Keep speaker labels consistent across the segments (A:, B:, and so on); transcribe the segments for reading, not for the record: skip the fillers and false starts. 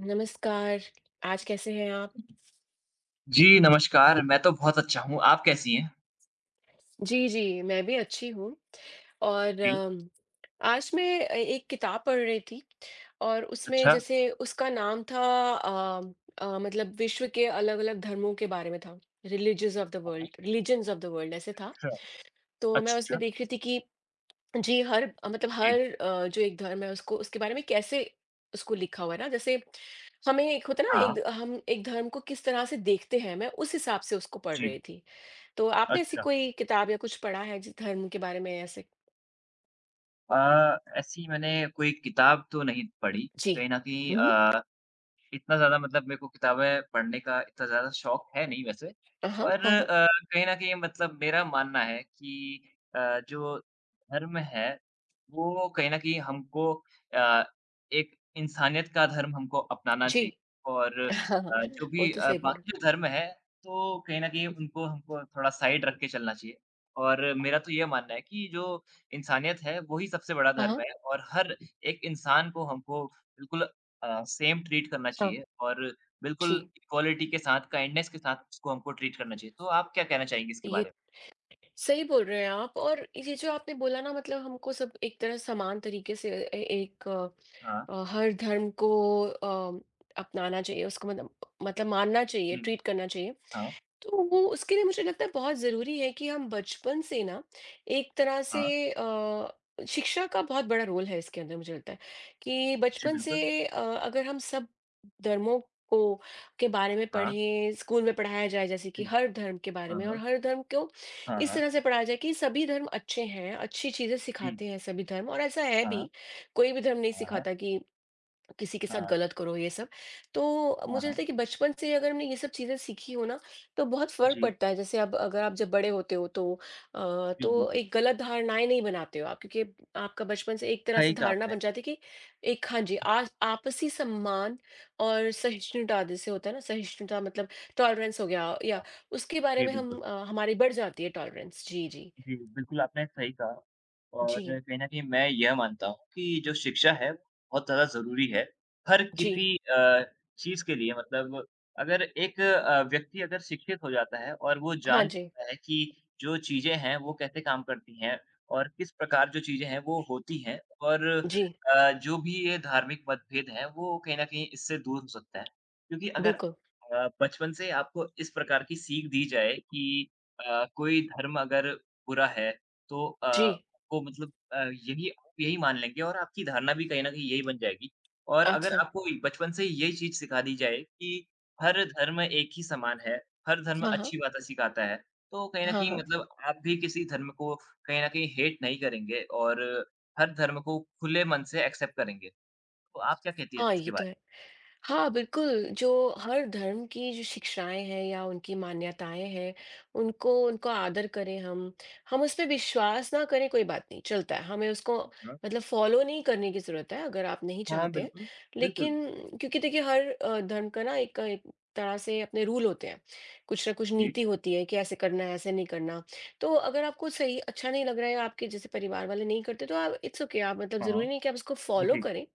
A: नमस्कार, आज कैसे हैं आप?
B: जी, नमस्कार। मैं तो बहुत अच्छा हूँ, आप कैसी हैं?
A: जी, जी, मैं भी अच्छी हूँ और
B: जी।
A: आज मैं ए एक किताब पढ़ रही थी और उसमें
B: अच्छा।
A: जैसे उसका नाम था अ मतलब विश्व के अलग-अलग धर्मों के बारे में था, religious of the world religions of the world ऐसे था।
B: अच्छा,
A: तो मैं उसमें
B: अच्छा।
A: देख रही थी कि जी, हर अ, मतलब
B: जी।
A: हर अ, जो एक धर्म है उसको उसके बारे में कैसे उसको लिखा हुआ है ना, जैसे हमें एक होता है ना,
B: हाँ।
A: एक हम एक धर्म को किस तरह से देखते हैं, मैं उस हिसाब से उसको पढ़
B: जी,
A: रही थी। तो आपने ऐसी
B: अच्छा।
A: कोई किताब या कुछ पढ़ा है जिस धर्म के बारे में ऐसे?
B: ऐसी मैंने कोई किताब तो नहीं पढ़ी,
A: जी।
B: कहीं न कहीं
A: हुँ, हुँ।
B: इतना ज़्यादा मतलब मेरे को किताबें पढ़ने का इतना ज़्यादा शौक है नहीं वैसे।
A: हाँ,
B: पर
A: हाँ, हाँ।
B: अ, कहीं न कहीं मतलब मेरा मानना है कि जो धर्म है, वो कहीं न कहीं हमको अ, एक इंसानियत का धर्म हमको अपनाना
A: जी।
B: चाहिए और
A: हाँ, हाँ।
B: जो
A: वो
B: भी
A: तो सही बोल रहे
B: बाकी जो धर्म है, तो कहीं न कहीं उनको हमको थोड़ा साइड रख के चलना चाहिए। और मेरा तो ये मानना है कि जो इंसानियत है, वो ही सबसे बड़ा
A: हो। हाँ,
B: धर्म
A: हाँ।
B: है और हर एक इंसान को हमको बिल्कुल सेम ट्रीट करना
A: हाँ,
B: चाहिए और बिल्कुल
A: जी।
B: इक्वालिटी के साथ, काइंडनेस के साथ उसको हमको ट्रीट करना चाहिए। तो आप क्या कहना चाहेंगे इसके बारे
A: ये
B: में?
A: सही बोल रहे हैं आप और ये जो आपने बोला ना मतलब हमको सब एक तरह समान तरीके से ए एक
B: हाँ,
A: हर धर्म को अ, अपनाना चाहिए, उसको मतलब मानना चाहिए,
B: हुँ,
A: ट्रीट करना चाहिए।
B: हाँ,
A: तो वो उसके लिए मुझे लगता है बहुत ज़रूरी है कि हम बचपन से ना एक तरह से
B: हाँ,
A: अ, शिक्षा का बहुत बड़ा रोल है इसके अंदर मुझे लगता है कि
B: जी
A: बचपन
B: बिल्कुल।
A: से अगर हम सब धर्मों को के बारे में
B: हाँ,
A: पढ़ें स्कूल में पढ़ाया जाए जैसे कि
B: जी।
A: हर धर्म के बारे
B: हाँ,
A: में और
B: हाँ,
A: हर धर्म को
B: हाँ,
A: इस
B: हाँ,
A: तरह से पढ़ाया जाए कि सभी धर्म अच्छे हैं अच्छी चीज़ें
B: जी।
A: सिखाते हैं सभी धर्म और ऐसा है
B: हाँ,
A: भी कोई भी धर्म नहीं
B: हाँ, हाँ,
A: सिखाता कि किसी के साथ
B: हाँ,
A: गलत करो ये सब। तो
B: हाँ,
A: मुझे
B: हाँ,
A: लगता है कि बचपन से अगर हमने ये सब चीज़ें सीखी हो ना, तो बहुत फ़र्क
B: जी,
A: पड़ता है। जैसे अब अगर आप जब बड़े होते हो तो
B: जी
A: तो
B: बिल्कुल।
A: एक गलत धारणाएँ नहीं बनाते हो आप क्योंकि आपका बचपन से एक तरह से
B: सही कहा
A: धारणा
B: आपने।
A: बन जाती है कि एक हाँ जी, आ आपसी सम्मान और सहिष्णुता जैसे होता है ना, सहिष्णुता मतलब टॉलरेंस हो गया या
B: हाँ,
A: उसके बारे
B: जी
A: में हम
B: बिल्कुल।
A: हमारी बढ़ जाती है टॉलरेंस। जी, जी।
B: जी, बिल्कुल आपने सही कहा और
A: जी,
B: कहीं न कहीं मैं यह मानता हूँ कि जो शिक्षा है बहुत ज़्यादा ज़रूरी है, हर
A: जी।
B: किसी चीज़ के लिए मतलब अगर एक व्यक्ति अगर शिक्षित हो जाता है और वो
A: हाँ
B: जान
A: जी।
B: पाता है कि जो चीज़ें हैं वो कैसे काम करती हैं और किस प्रकार जो चीज़ें हैं वो होती हैं और
A: जी,
B: जो भी ये धार्मिक मतभेद हैं वो कहीं न कहीं इससे दूर हो सकता है। क्योंकि अगर
A: बिल्कुल।
B: बचपन से आपको इस प्रकार की सीख दी जाए कि कोई धर्म अगर बुरा है, तो
A: जी।
B: आपको मतलब यही आप यही मान लेंगे और आपकी धारणा भी कहीं न कहीं यही बन जाएगी। और अगर
A: अच्छा।
B: आपको बचपन से ही यही चीज़ सिखा दी जाए कि हर धर्म एक ही समान है, हर धर्म
A: हाँ, हाँ।
B: अच्छी बातें सिखाता है, तो कहीं न
A: हाँ,
B: कहीं
A: हाँ।
B: मतलब आप भी किसी धर्म को कहीं न कहीं हेट नहीं करेंगे और हर धर्म को खुले मन से एक्सेप्ट करेंगे। तो आप क्या कहती हैं
A: हाँ, ये
B: इसके
A: तो
B: बारे
A: है। हाँ, बिल्कुल, जो हर धर्म की जो शिक्षाएँ हैं या उनकी मान्यताएँ हैं, उनको उनका आदर करें हम। हम उस पे विश्वास ना करें, कोई बात नहीं, चलता है। हमें उसको
B: में? हुँ, हुँ।
A: मतलब फ़ॉलो नहीं करने की ज़रूरत है, अगर आप नहीं
B: हाँ,
A: चाहते हैं।
B: बिल्कुल, बिल्कुल।
A: लेकिन क्योंकि देखिए, हर धर्म का ना एक एक तरह से अपने रूल होते हैं। कुछ ना कुछ
B: जी,
A: नीति होती है कि ऐसे करना है, ऐसे नहीं करना। तो अगर आपको सही अच्छा नहीं लग रहा है या आपके जैसे परिवार वाले नहीं करते, तो आप इट्स ओके, आप मतलब
B: हाँ,
A: ज़रूरी
B: हाँ।
A: नहीं कि आप उसको फ़ॉलो
B: जी,
A: करें।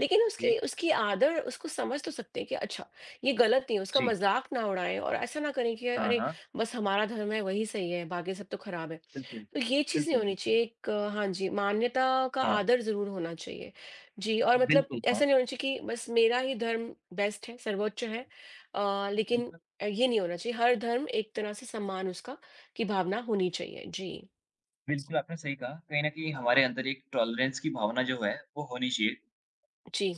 A: लेकिन उसकी
B: जी,
A: उसकी आदर उसको समझ तो सकते हैं कि अच्छा, ये गलत नहीं है, उसका
B: जी।
A: मज़ाक ना उड़ाएँ और ऐसा ना करें कि
B: हाँ,
A: अरे,
B: हाँ।
A: बस हमारा धर्म है वही सही है, बाकी सब तो खराब है।
B: बिल्कुल,
A: तो ये चीज़ नहीं
B: बिल्कुल,
A: होनी
B: बिल्कुल।
A: चाहिए हाँ जी, मान्यता का
B: हाँ।
A: आदर ज़रूर होना चाहिए। जी, और मतलब
B: बिल्कुल, हाँ,
A: ऐसा नहीं होना चाहिए कि बस मेरा ही धर्म बेस्ट है, सर्वोच्च है
B: हाँ,
A: लेकिन
B: बिल्कुल।
A: ये नहीं होना चाहिए। हर धर्म एक तरह से सम्मान उसका की भावना होनी चाहिए। जी,
B: बिल्कुल, आपने सही कहा। कहीं न कहीं हमारे अंदर एक टॉलरेंस की भावना जो है, वो होनी चाहिए।
A: जी।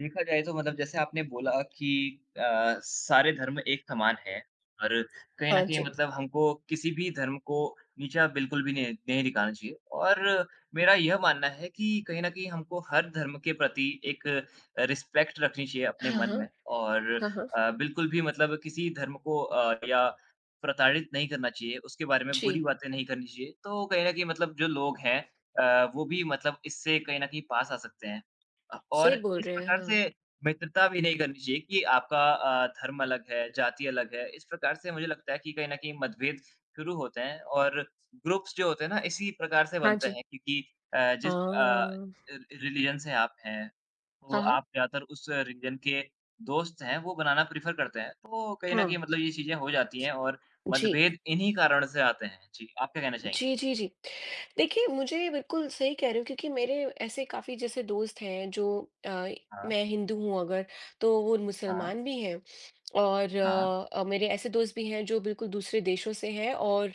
B: देखा जाए तो मतलब जैसे आपने बोला कि अ, सारे धर्म एक समान हैं और कहीं न
A: हाँ
B: कहीं
A: जी।
B: मतलब हमको किसी भी धर्म को नीचा बिल्कुल भी नहीं नहीं दिखाना चाहिए और मेरा यह मानना है कि कहीं न कहीं हमको हर धर्म के प्रति एक रिस्पेक्ट रखनी चाहिए अपने
A: हाँ,
B: मन
A: हाँ।
B: में और
A: हाँ, हाँ।
B: बिल्कुल भी मतलब किसी धर्म को या प्रताड़ित नहीं करना चाहिए, उसके बारे में
A: जी,
B: बुरी बातें नहीं करनी चाहिए। तो कहीं न कहीं मतलब जो लोग हैं वो भी मतलब इससे कहीं न कहीं पास आ सकते हैं।
A: सही
B: और
A: बोल
B: इस
A: रहे हैं।
B: प्रकार से
A: हाँ,
B: मित्रता भी नहीं करनी चाहिए कि आपका धर्म अलग है, जाति अलग है। इस प्रकार से मुझे लगता है कि कहीं न कहीं मतभेद शुरू होते हैं और ग्रुप्स जो होते हैं ना इसी प्रकार से
A: हाँ
B: बनते
A: जी।
B: हैं क्योंकि जिस
A: हाँ,
B: रि रिलिजन से आप हैं, तो
A: हाँ, हाँ,
B: आप ज़्यादातर उस रिलिजन के दोस्त हैं, वो बनाना प्रेफ़र करते हैं। तो कहीं न कहीं
A: हाँ।
B: मतलब ये चीज़ें हो जाती हैं और
A: जी,
B: मतभेद इन्हीं कारण से आते हैं। जी, आप क्या कहना चाहेंगे?
A: जी, जी, जी। देखिए, मुझे बिल्कुल सही कह रहे हो क्योंकि मेरे ऐसे काफ़ी जैसे दोस्त हैं जो अ,
B: हाँ,
A: मैं हिंदू हूँ अगर, तो वो
B: हाँ,
A: मुसलमान भी हैं और
B: हाँ।
A: मेरे ऐसे दोस्त भी हैं जो बिल्कुल दूसरे देशों से हैं और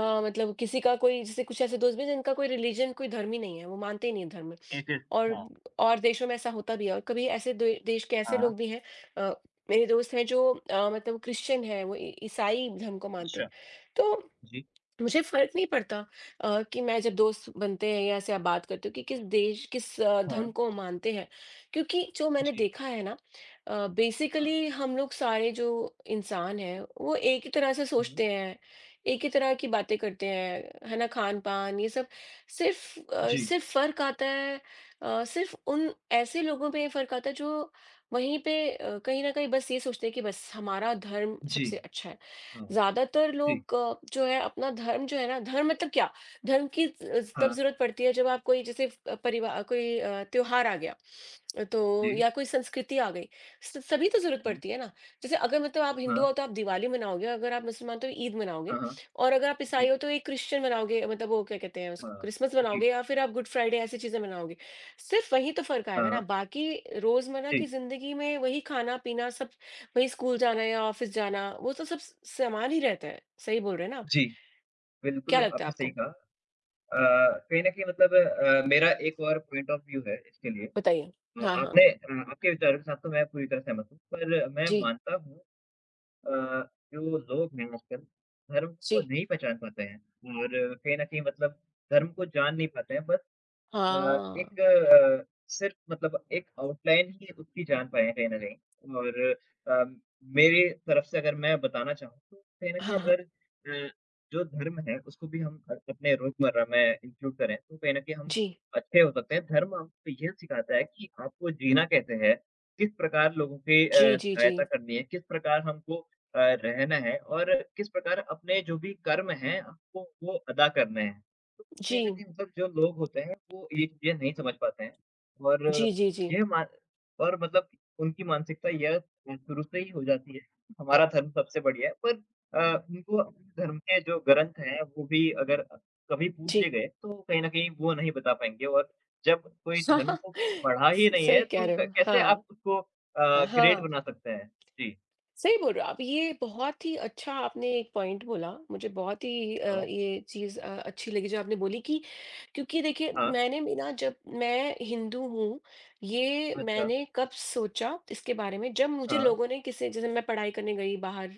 B: जी।
A: मतलब किसी का कोई जैसे कुछ ऐसे दोस्त भी हैं जिनका कोई रिलिजन कोई धर्म ही नहीं है, वो मानते ही नहीं धर्म
B: एक
A: और
B: हाँ,
A: और देशों में ऐसा होता भी है और कभी ऐसे दे देश के ऐसे
B: हाँ।
A: लोग भी हैं अ, मेरे दोस्त हैं जो मतलब क्रिश्चियन हैं, वो इ ईसाई धर्म को मानते हैं।
B: अच्छा,
A: तो
B: जी।
A: मुझे फ़र्क नहीं पड़ता कि मैं जब दोस्त बनते हैं या ऐसे आप बात करते हो कि किस देश किस धर्म
B: हाँ।
A: को मानते हैं, क्योंकि जो मैंने
B: जी,
A: देखा है ना
B: हाँ।
A: बेसिकली हम लोग सारे जो इंसान हैं, वो एक ही तरह से
B: हुँ,
A: सोचते हैं, एक ही तरह की बातें करते हैं, है ना? खान-पान ये सब
B: जी,
A: सिर्फ़ फ़र्क आता है सिर्फ़ उन ऐसे लोगों में फ़र्क आता है जो वहीं पे कहीं न कहीं बस ये सोचते हैं कि बस हमारा धर्म
B: जी,
A: सबसे अच्छा है।
B: हाँ,
A: ज़्यादातर
B: जी,
A: लोग जो है अपना धर्म जो है ना धर्म मतलब क्या? धर्म की ज तब
B: हाँ,
A: ज़रूरत पड़ती है जब आप कोई जैसे त्योहार आ गया, तो
B: जी,
A: या कोई संस्कृति आ गई, स सभी तो ज़रूरत
B: हुँ,
A: पड़ती है ना। जैसे अगर मतलब आप हिंदू
B: हाँ,
A: हो तो आप दिवाली मनाओगे, अगर आप मुसलमान हो तो ईद मनाओगे
B: हाँ, हाँ,
A: और अगर आप
B: जी,
A: ईसाई हो तो एक क्रिश्चियन मनाओगे मतलब वो क्या कहते हैं उसको
B: हाँ,
A: क्रिसमस
B: जी,
A: मनाओगे या फिर आप गुड फ्राइडे ऐसी चीज़ें मनाओगे। सिर्फ़ वहीं तो फ़र्क आएगा ना,
B: हाँ,
A: बाकी रोज़मर्रा की
B: जी,
A: ज़िंदगी में वही खाना-पीना सब वही स्कूल जाना या ऑफिस जाना वो तो सब समान ही रहता है सही बोल रहे हैं ना आप?
B: जी,
A: क्या
B: बिल्कुल,
A: लगता है
B: आपने सही
A: आपको
B: कहा। अ, कहीं न कहीं मतलब मेरा एक और पॉइंट ऑफ व्यू है इसके लिए।
A: बताइए हाँ हाँ
B: आपके विचारों के साथ तो मैं पूरी तरह सहमत हूँ, पर मैं
A: जी
B: मानता हूँ अ, जो लोग हैं आजकल, धर्म को
A: जी
B: नहीं पहचान पाते हैं और कहीं न कहीं मतलब धर्म को जान नहीं पाते हैं, बस अ,
A: हाँ
B: एक सिर्फ़ मतलब एक आउटलाइन ही उसकी जान पाए हैं कहीं न कहीं और अम, मेरी तरफ से अगर मैं बताना चाहूँ तो कहीं न कहीं
A: हाँ हाँ
B: अगर जो धर्म है उसको भी हम अपने रोज़मर्रा में इंक्लूड करें तो कहीं न कहीं हम
A: जी
B: अच्छे हो सकते हैं। धर्म हमको यह सिखाता है कि आपको जीना कैसे है, किस प्रकार लोगों की
A: जी जी जी
B: सहायता करनी है, किस प्रकार हमको अ, रहना है और किस प्रकार अपने जो भी कर्म हैं, हमको वो अदा करने हैं।
A: जी
B: कहीं न कहीं मतलब जो लोग होते हैं वो ये चीज़ें नहीं समझ पाते हैं और
A: जी जी जी
B: ये मा और मतलब उनकी मानसिकता यह शुरू से ही हो जाती है, कि हमारा धर्म सबसे बढ़िया है पर उनको अपने धर्म के जो ग्रंथ हैं वो भी अगर कभी पूछ लिए
A: जी
B: गए तो कहीं न कहीं वो नहीं बता पाएँगे और जब कोई धर्म
A: हाँ
B: को पढ़ा ही नहीं
A: सही
B: है
A: कह
B: तो
A: रहे
B: क
A: हो
B: कैसे आप
A: हाँ
B: उसको ग्रेट
A: हाँ
B: बना सकते हैं? जी,
A: सही बोल रहे हो आप। ये बहुत ही अच्छा आपने एक पॉइंट बोला। मुझे बहुत ही
B: हाँ,
A: ये चीज़ अच्छी लगी जो आपने बोली कि क्योंकि देखिए
B: हाँ,
A: मैंने भी ना जब मैं हिंदू हूँ, ये
B: अच्छा,
A: मैंने कब सोचा इसके बारे में जब मुझे
B: हाँ,
A: लोगों ने किसी जैसे मैं पढ़ाई करने गई बाहर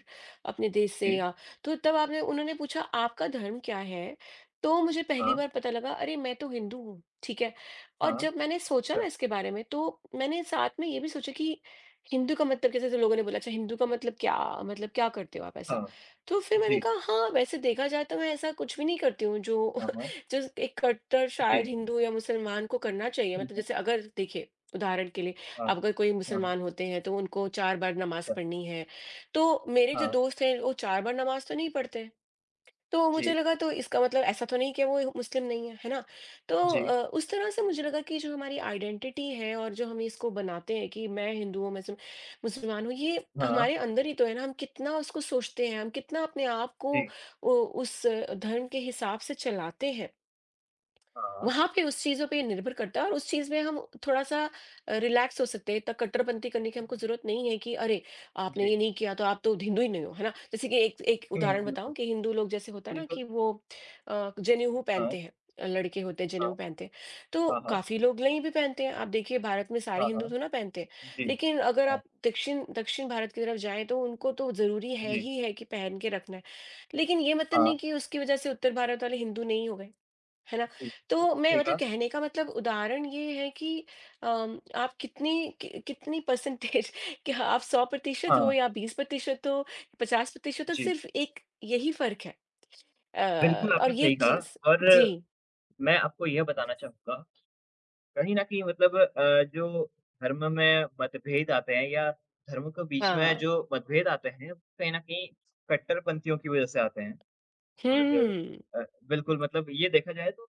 A: अपने देश से
B: जी,
A: या तो तब आपने उन्होंने पूछा आपका धर्म क्या है? तो मुझे पहली
B: हाँ,
A: बार पता लगा अरे मैं तो हिंदू हूँ, ठीक है? और
B: हाँ,
A: जब मैंने सोचा
B: अच्छा,
A: ना इसके बारे में तो मैंने साथ में ये भी सोचा कि हिंदू का मतलब कैसे जैसे लोगों ने बोला अच्छा हिंदू का मतलब क्या करते हो आप ऐसा?
B: हाँ,
A: तो फिर मैंने
B: जी,
A: कहा हाँ, वैसे देखा जाए तो मैं ऐसा कुछ भी नहीं करती हूँ जो
B: हाँ, हाँ,
A: जो एक कट्टर शायद
B: जी।
A: हिंदू या मुसलमान को करना चाहिए। मतलब
B: हुँ।
A: जैसे अगर देखिए उदाहरण के लिए
B: हाँ,
A: अब अगर कोई
B: हाँ,
A: मुसलमान होते हैं तो उनको 4 बार नमाज़
B: अच्छा,
A: पढ़नी है। तो मेरे जो
B: हाँ,
A: दोस्त हैं वो 4 बार नमाज़ तो नहीं पढ़ते। तो मुझे
B: जी,
A: लगा तो इसका मतलब ऐसा तो नहीं कि वो मुस्लिम नहीं है, है ना? तो
B: जी,
A: उस तरह से मुझे लगा कि जो हमारी आइडेंटिटी है और जो हम इसको बनाते हैं कि मैं हिंदू हूँ, मैं मुस मुसलमान हूँ, ये
B: हाँ,
A: हमारे अंदर ही तो है ना, हम कितना उसको सोचते हैं, हम कितना अपने आप को
B: जी,
A: उ उस धर्म के हिसाब से चलाते हैं।
B: हाँ,
A: वहाँ पे उस चीज़ों पे निर्भर करता है और उस चीज़ में हम थोड़ा-सा रिलैक्स हो सकते हैं। इतना कट्टरपंती करने की हमको ज़रूरत नहीं है कि अरे! आपने ये
B: जी,
A: नहीं किया तो आप तो हिंदू ही नहीं हो, है ना? जैसे कि एक एक
B: हुँ,
A: उदाहरण
B: बिल्कुल,
A: बताऊँ कि हिंदू लोग जैसे होता है ना
B: बिल्कुल,
A: कि वो जनेऊ
B: हाँ,
A: पहनते हैं। लड़के होते हैं
B: हाँ,
A: जनेऊ पहनते हैं। तो
B: हाँ, हाँ,
A: काफ़ी लोग नहीं भी पहनते हैं। आप देखिए भारत में सारे
B: हाँ,
A: हिंदू
B: हाँ,
A: तो ना पहनते हैं।
B: जी,
A: लेकिन अगर
B: हाँ,
A: आप दक्षिण दक्षिण भारत की तरफ जाएँ तो उनको तो ज़रूरी है
B: जी,
A: ही है कि पहन के रखना है। लेकिन ये मतलब
B: हाँ,
A: नहीं कि उसकी वजह से उत्तर भारत वाले हिंदू नहीं हो गए। है ना?
B: जी,
A: तो मैं
B: सही
A: मतलब
B: कहा,
A: कहने का मतलब उदाहरण ये है कि आप कितनी परसेंटेज क्या आप 100% हो
B: हाँ,
A: या 20% हो, 50% हो,
B: जी,
A: सिर्फ़ एक यही फ़र्क है।
B: बिल्कुल
A: और
B: आपने
A: ये
B: सही कहा
A: चीज़
B: और
A: जी,
B: मैं आपको यह बताना चाहूँगा, कहीं न कहीं मतलब जो धर्म में मतभेद आते हैं या धर्म के बीच में
A: हाँ।
B: जो मतभेद आते हैं, कहीं न कहीं कट्टरपंथियों की वजह से आते हैं। और
A: हुँ,
B: अ, बिल्कुल मतलब ये देखा जाए तो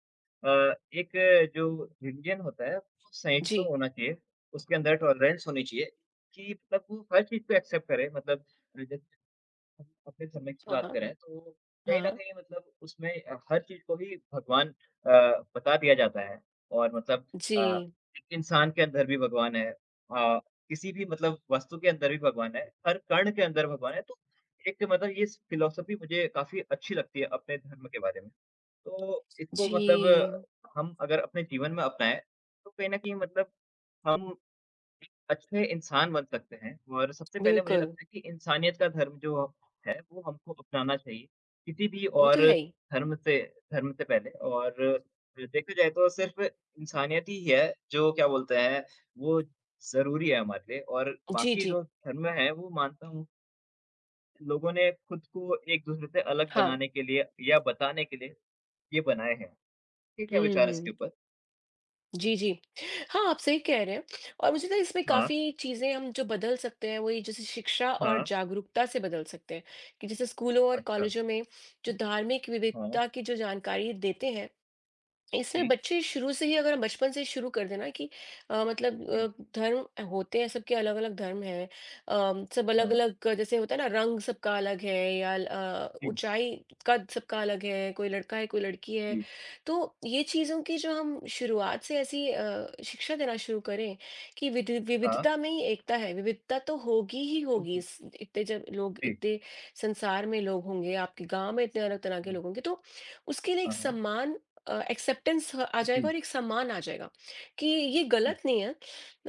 B: एक जो इंडियन होता है वो संयुक्त
A: जी।
B: तो होना चाहिए, उसके अंदर टॉलरेंस होनी चाहिए कि मतलब वो हर चीज़ को एक्सेप्ट करे मतलब हम अपने समय की
A: हाँ,
B: बात
A: हाँ।
B: करें तो कहीं न
A: हाँ,
B: कहीं मतलब उसमें हर चीज़ को ही भगवान बता दिया जाता है और मतलब अ,
A: जी,
B: इंसान के अंदर भी भगवान है किसी भी मतलब वस्तु के अंदर भी भगवान है, हर कण के अंदर भगवान है, तो एक मतलब ये फ़िलॉसफ़ी मुझे काफ़ी अच्छी लगती है अपने धर्म के बारे में। तो इसको
A: जी,
B: मतलब हम अगर अपने जीवन में अपनाएँ, तो कहीं न कहीं मतलब हम अच्छे इंसान बन सकते हैं और सबसे पहले मुझे
A: बिल्कुल।
B: लगता है कि इंसानियत का धर्म जो है, वो हमको अपनाना चाहिए। किसी भी
A: वो तो
B: और
A: है ही।
B: धर्म से पहले और देखा जाए तो सिर्फ़ इंसानियत ही है जो क्या बोलते हैं, वो ज़रूरी है हमारे लिए और
A: जी,
B: बाकी
A: जी।
B: जो धर्म है वो मानता हूँ, लोगों ने खुद को एक-दूसरे से अलग
A: हाँ।
B: बनाने के लिए या बताने के लिए ये बनाए हैं। आपके क्या विचार है
A: हुँ।
B: इसके ऊपर?
A: जी, जी। हाँ, आप सही कह रहे हैं और मुझे लगता है इसमें
B: हाँ,
A: काफ़ी चीज़ें हम जो बदल सकते हैं, वो ये जैसे शिक्षा और
B: हाँ,
A: जागरूकता से बदल सकते हैं, कि जैसे स्कूलों और
B: अच्छा,
A: कॉलेजों में जो धार्मिक
B: हाँ,
A: विविधता की जो जानकारी देते हैं इसमें
B: जी,
A: बच्चे शुरू से ही अगर हम बचपन से ही शुरू कर देना कि अ, मतलब अ,
B: जी,
A: धर्म होते हैं सबके अलग अलग धर्म हैं सब अलग
B: हाँ,
A: अलग जैसे होता है ना रंग सबका अलग है या
B: जी,
A: ऊंचाई कद सबका अलग है कोई लड़का है कोई लड़की है
B: जी,
A: तो ये चीज़ों की जो हम शुरुआत से ऐसी शिक्षा देना शुरू करें कि
B: हाँ,
A: विविधता में ही एकता है विविधता तो होगी ही होगी
B: बिल्कुल।
A: इतने जब लोग
B: जी।
A: इतने संसार में लोग होंगे आपके गांव में इतने अलग तरह के
B: हुँ,
A: लोग होंगे तो उसके लिए एक
B: हाँ, हाँ।
A: सम्मान एक्सेप्टेंस आ जाएगा
B: जी,
A: और एक सम्मान आ जाएगा कि ये
B: जी।
A: गलत नहीं है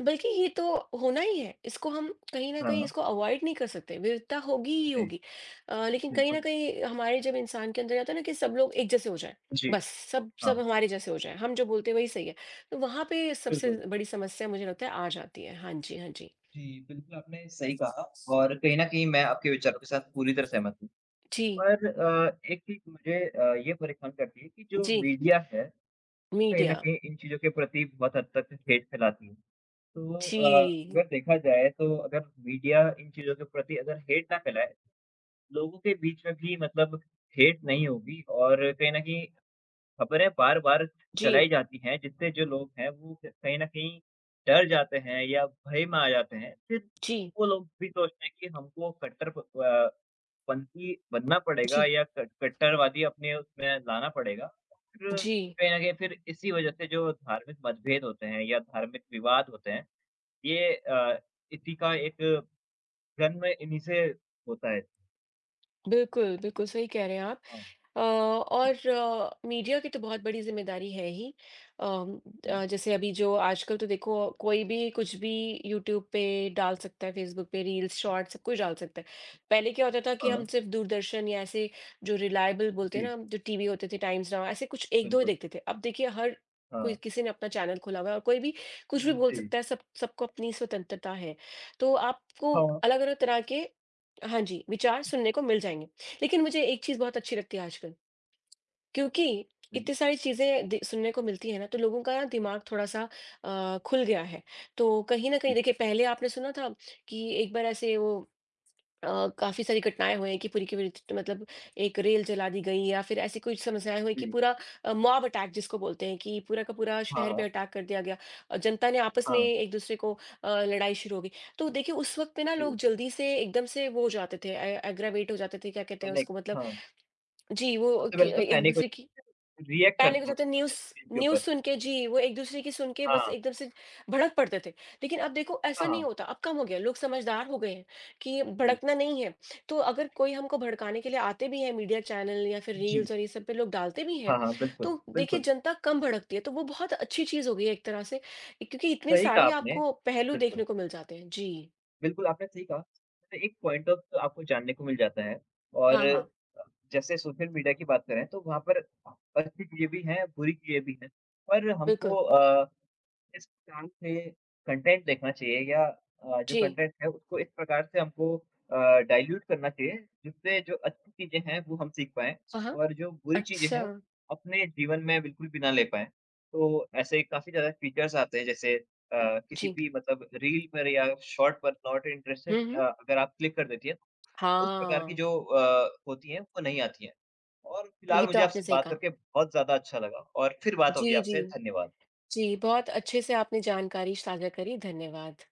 A: बल्कि ये तो होना ही है इसको हम कहीं ना कहीं
B: हाँ,
A: इसको अवॉइड नहीं कर सकते विविधता होगी ही
B: जी,
A: होगी लेकिन कहीं ना
B: बिल्कुल।
A: कहीं हमारे जब इंसान के अंदर जाता है ना कि सब लोग एक जैसे हो जाए
B: जी,
A: बस सब सब
B: हाँ,
A: हमारे जैसे हो जाए हम जो बोलते हैं वही सही है तो वहां पे सबसे
B: बिल्कुल।
A: बड़ी समस्या मुझे लगता है आ जाती है हाँ जी हाँ जी
B: जी, बिल्कुल आपने सही कहा और कहीं न कहीं मैं आपके विचारों के साथ पूरी तरह सहमत हूँ।
A: जी
B: एक चीज़ मुझे ये परेशान करती है कि जो
A: जी
B: मीडिया है, कहीं न
A: मीडिया
B: कहीं इन चीज़ों के प्रति बहुत हद तक हेट फैलाती है। तो अ,
A: जी
B: अगर देखा जाए तो अगर मीडिया इन चीज़ों के प्रति अगर हेट ना फैलाए, लोगों के बीच में भी मतलब हेट नहीं होगी और कहीं न कहीं खबरें बार-बार
A: जी
B: चलाई जाती हैं, जिससे जो लोग हैं वो क कहीं न कहीं डर जाते हैं या भय में आ जाते हैं। फिर
A: जी
B: वो लोग भी सोचते हैं कि हमको पंथी बनना पड़ेगा
A: जी
B: या कट कट्टरवादी अपने उसमें लाना पड़ेगा। फिर
A: जी
B: कहीं न कहीं फिर इसी वजह से जो धार्मिक मतभेद होते हैं या धार्मिक विवाद होते हैं, ये अ, इसी का एक जन्म इन्हीं से होता है।
A: बिल्कुल बिल्कुल सही कह रहे हैं आप
B: हाँ,
A: अ,
B: एक
A: और अ, मीडिया की तो बहुत बड़ी ज़िम्मेदारी है ही अम,
B: हाँ,
A: जैसे अभी जो आजकल तो देखो कोई भी कुछ भी यूट्यूब पे डाल सकता है फेसबुक पे रील्स शॉर्ट्स सब कुछ डाल सकता है पहले क्या होता था कि
B: हाँ,
A: हम सिर्फ दूरदर्शन या ऐसे जो रिलायबल बोलते हैं
B: जी,
A: ना जो टीवी होते थे टाइम्स नाउ ऐसे कुछ एक दो ही
B: बिल्कुल।
A: देखते थे अब देखिए हर कोई
B: हाँ,
A: किसी ने अपना चैनल खोला हुआ है और कोई भी कुछ भी बोल
B: जी,
A: सकता है सब सबको अपनी स्वतंत्रता है तो आपको
B: हाँ,
A: अलग अलग तरह के हाँ जी विचार सुनने को मिल जाएंगे लेकिन मुझे एक चीज़ बहुत अच्छी लगती है आजकल, क्योंकि
B: जी,
A: इतनी सारी चीज़ें दि सुनने को मिलती है ना, तो लोगों का ना दिमाग थोड़ा-सा खुल गया है। तो कहीं न कहीं
B: जी,
A: देखिए पहले आपने सुना था कि एक बार ऐसे वो काफ़ी सारी घटनाएँ हुई हैं कि पूरी की पूरी त मतलब एक रेल जला दी गई या फिर ऐसी कुछ समस्याएँ हुई कि
B: जी।
A: पूरा मॉब अटैक जिसको बोलते हैं कि पूरा का पूरा
B: हाँ,
A: शहर पे
B: हाँ।
A: अटैक कर दिया गया और जनता ने आपस में
B: हाँ,
A: एक-दूसरे को लड़ाई शुरू हो गई। तो देखिए उस वक्त पे ना लोग
B: जी,
A: जल्दी से एकदम से वो हो जाते थे ए एग्रावेट हो जाते थे, क्या कहते हैं
B: पैनिक
A: उसको मतलब
B: हाँ,
A: जी, वो
B: सबसे
A: कि
B: पहले तो पैनिक हो
A: एक-दूसरे की
B: रिएक्ट
A: पहले क्या
B: करते
A: होता
B: हैं
A: था न्यूज़
B: मतलब चीज़ के
A: न्यूज़
B: ऊपर।
A: सुन के जी, वो एक-दूसरे की सुन के बस
B: हाँ,
A: एकदम से भड़क पड़ते थे। लेकिन अब देखो ऐसा नहीं
B: हाँ,
A: होता, अब कम हो गया है, लोग समझदार हो गए हैं कि
B: जी,
A: भड़कना नहीं है। तो अगर कोई हमको भड़काने के लिए आते भी हैं मीडिया चैनल या फिर
B: जी।
A: रील्स और ये सब पे लोग डालते भी हैं,
B: हाँ, हाँ, बिल्कुल,
A: तो देखिए
B: बिल्कुल,
A: जनता कम भड़कती है, तो वो बहुत अच्छी चीज़ हो गई है एक तरह से क्योंकि इतने
B: सही कहा
A: सारे
B: आपने।
A: आपको पहलू
B: बिल्कुल,
A: देखने को मिल जाते हैं। जी,
B: बिल्कुल आपने सही कहा। तो एक पॉइंट ऑफ तो आपको जानने को मिल जाता है और
A: हाँ, हाँ,
B: जैसे सोशल मीडिया की बात करें तो वहाँ पर अच्छी चीज़ें भी हैं, बुरी चीज़ें भी हैं। पर
A: बिल्कुल।
B: हमको अ इस काम में कंटेंट देखना चाहिए या जो
A: जी।
B: कंटेंट है उसको इस प्रकार से हमको डाइल्यूट करना चाहिए जिससे जो अच्छी चीज़ें हैं वो हम सीख पाएँ
A: हाँ, हाँ।
B: और जो बुरी चीज़ें
A: अच्छा।
B: हैं अपने जीवन में बिल्कुल भी ना ले पाएँ। तो ऐसे काफ़ी ज़्यादा फीचर्स आते हैं जैसे किसी
A: जी।
B: भी मतलब रील पर या शॉर्ट पर नॉट इंटरेस्टेड
A: हुँ, हुँ।
B: अगर आप क्लिक कर देती हैं, तो उस प्रकार की
A: हाँ।
B: जो होती हैं वो नहीं आती हैं। और
A: ये
B: फिलहाल
A: तो
B: मुझे
A: आपने
B: आपसे
A: सही
B: बात
A: कहा।
B: करके बहुत ज़्यादा अच्छा लगा और फिर बात होगी
A: जी,
B: आपसे,
A: जी।
B: धन्यवाद।
A: जी, बहुत अच्छे से आपने जानकारी साझा करी, धन्यवाद।